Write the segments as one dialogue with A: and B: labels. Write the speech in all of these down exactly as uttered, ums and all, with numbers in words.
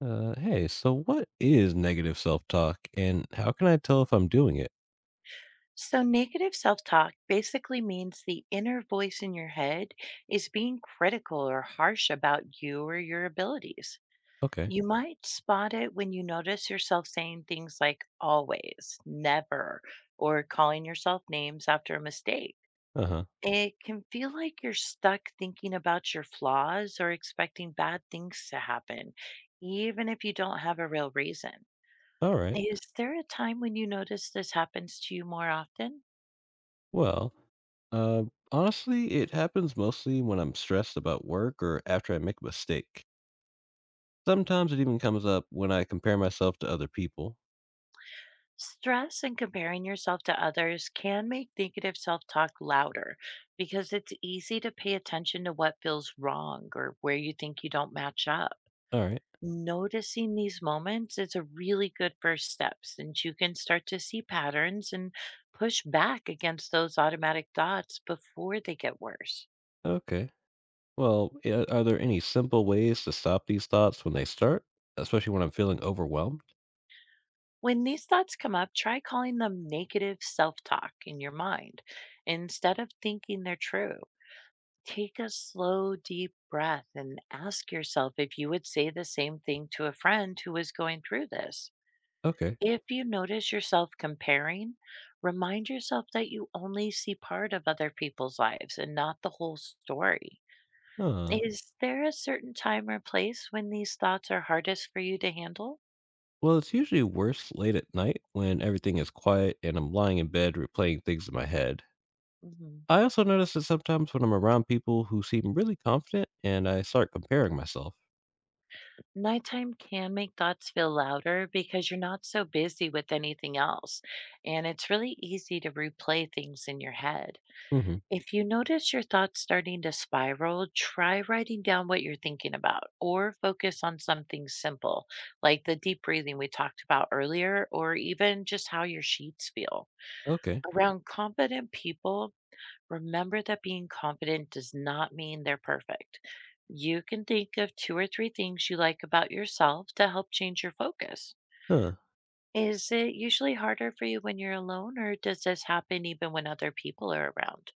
A: Uh, hey, so what is negative self talk and how can I tell if I'm doing it?
B: So, negative self talk basically means the inner voice in your head is being critical or harsh about you or your abilities.
A: Okay.
B: You might spot it when you notice yourself saying things like always, never, or calling yourself names after a mistake.
A: Uh huh.
B: It can feel like you're stuck thinking about your flaws or expecting bad things to happen, even if you don't have a real reason.
A: All right.
B: Is there a time when you notice this happens to you more often?
A: Well, uh, honestly, it happens mostly when I'm stressed about work or after I make a mistake. Sometimes it even comes up when I compare myself to other people.
B: Stress and comparing yourself to others can make negative self talk louder because it's easy to pay attention to what feels wrong or where you think you don't match up.
A: All right.
B: Noticing these moments is a really good first step, since you can start to see patterns and push back against those automatic thoughts before they get worse.
A: Okay. Well, yeah, are there any simple ways to stop these thoughts when they start, especially when I'm feeling overwhelmed?
B: When these thoughts come up, try calling them negative self talk in your mind instead of thinking they're true. Take a slow, deep breath and ask yourself if you would say the same thing to a friend who is going through this.
A: Okay.
B: If you notice yourself comparing, remind yourself that you only see part of other people's lives and not the whole story.
A: Uh huh.
B: Is there a certain time or place when these thoughts are hardest for you to handle?
A: Well, it's usually worse late at night when everything is quiet and I'm lying in bed replaying things in my head.
B: Mhm.
A: I also notice that sometimes when I'm around people who seem really confident and I start comparing myself.
B: Nighttime can make thoughts feel louder because you're not so busy with anything else, and it's really easy to replay things in your head.
A: Hmm.
B: If you notice your thoughts starting to spiral, try writing down what you're thinking about or focus on something simple, like the deep breathing we talked about earlier, or even just how your sheets feel.
A: Okay.
B: Around confident people, remember that being confident does not mean they're perfect. You can think of two or three things you like about yourself to help change your focus.
A: Huh.
B: Is it usually harder for you when you're alone, or does this happen even when other people are around?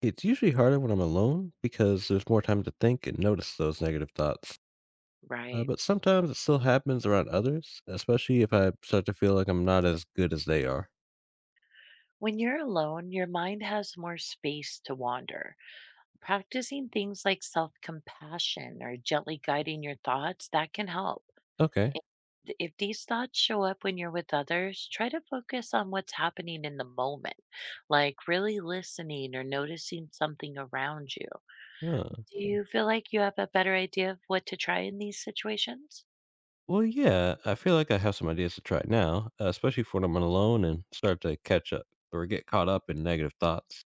A: It's usually harder when I'm alone because there's more time to think and notice those negative thoughts. Uh,
B: Right.
A: but sometimes it still happens around others, especially if I start to feel like I'm not as good as they are.
B: When you're alone, your mind has more space to wander. Practicing things like self compassion or gently guiding your thoughts, that can help.
A: Okay.
B: If if these thoughts show up when you're with others, try to focus on what's happening in the moment, like really listening or noticing something around you.
A: Huh.
B: Do you feel like you have a better idea of what to try in these situations?
A: Well, yeah, I feel like I have some ideas to try now, uh, especially for when I'm alone and start to catch up or get caught up in negative thoughts.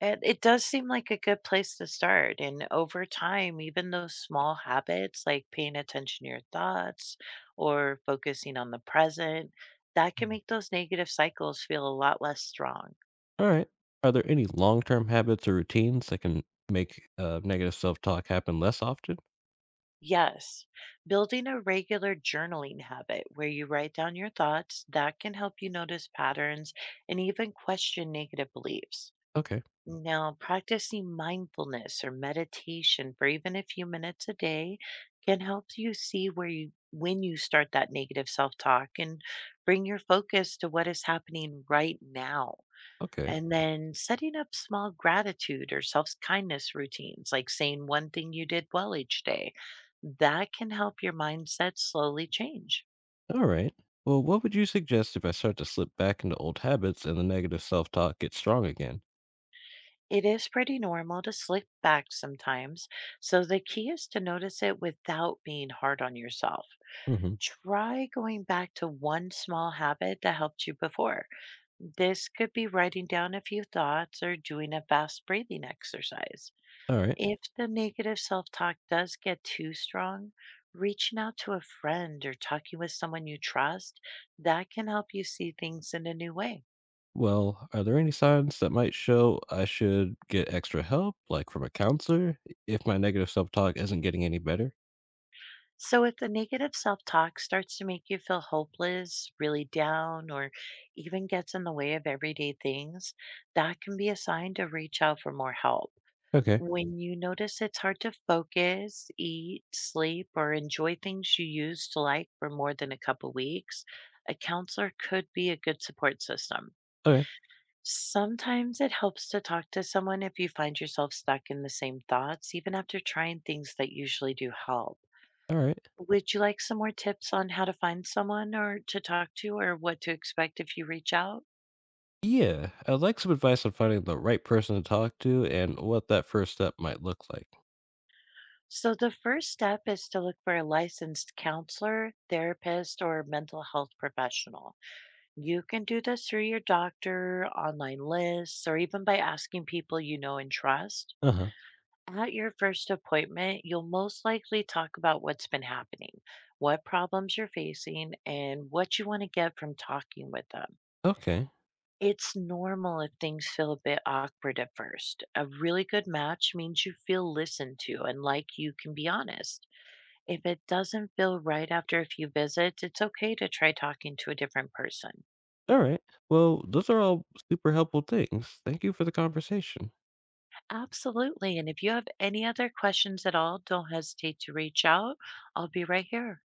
B: And it does seem like a good place to start. And over time, even those small habits like paying attention to your thoughts or focusing on the present, that can
A: Mhm.
B: make those negative cycles feel a lot less strong.
A: All right. Are there any long term habits or routines that can make uh, negative self talk happen less often?
B: Yes, building a regular journaling habit where you write down your thoughts, that can help you notice patterns and even question negative beliefs.
A: Okay.
B: Now, practicing mindfulness or meditation for even a few minutes a day can help you see where you when you start that negative self-talk, and bring your focus to what is happening right now.
A: Okay.
B: And then setting up small gratitude or self-kindness routines, like saying one thing you did well each day, that can help your mindset slowly change.
A: All right. Well, what would you suggest if I start to slip back into old habits and the negative self talk gets strong again?
B: It is pretty normal to slip back sometimes, so the key is to notice it without being hard on yourself.
A: Hmm.
B: Try going back to one small habit that helped you before. This could be writing down a few thoughts or doing a fast breathing exercise.
A: All right.
B: If the negative self talk does get too strong, reaching out to a friend or talking with someone you trust, that can help you see things in a new way.
A: Well, are there any signs that might show I should get extra help, like from a counselor, if my negative self talk isn't getting any better?
B: So, if the negative self talk starts to make you feel hopeless, really down, or even gets in the way of everyday things, that can be a sign to reach out for more help.
A: Okay.
B: When you notice it's hard to focus, eat, sleep, or enjoy things you used to like for more than a couple weeks, a counselor could be a good support system.
A: Okay.
B: Sometimes it helps to talk to someone if you find yourself stuck in the same thoughts, even after trying things that usually do help.
A: All right.
B: Would you like some more tips on how to find someone or to talk to, or what to expect if you reach out?
A: Yeah, I'd like some advice on finding the right person to talk to and what that first step might look like.
B: So, the first step is to look for a licensed counselor, therapist, or mental health professional. You can do this through your doctor, online lists, or even by asking people you know and trust.
A: Uh huh.
B: At your first appointment, you'll most likely talk about what's been happening, what problems you're facing, and what you want to get from talking with them.
A: Okay.
B: It's normal if things feel a bit awkward at first. A really good match means you feel listened to and like you can be honest. If it doesn't feel right after a few visits, it's okay to try talking to a different person.
A: All right. Well, those are all super helpful things. Thank you for the conversation.
B: Absolutely, and if you have any other questions at all, don't hesitate to reach out. I'll be right here.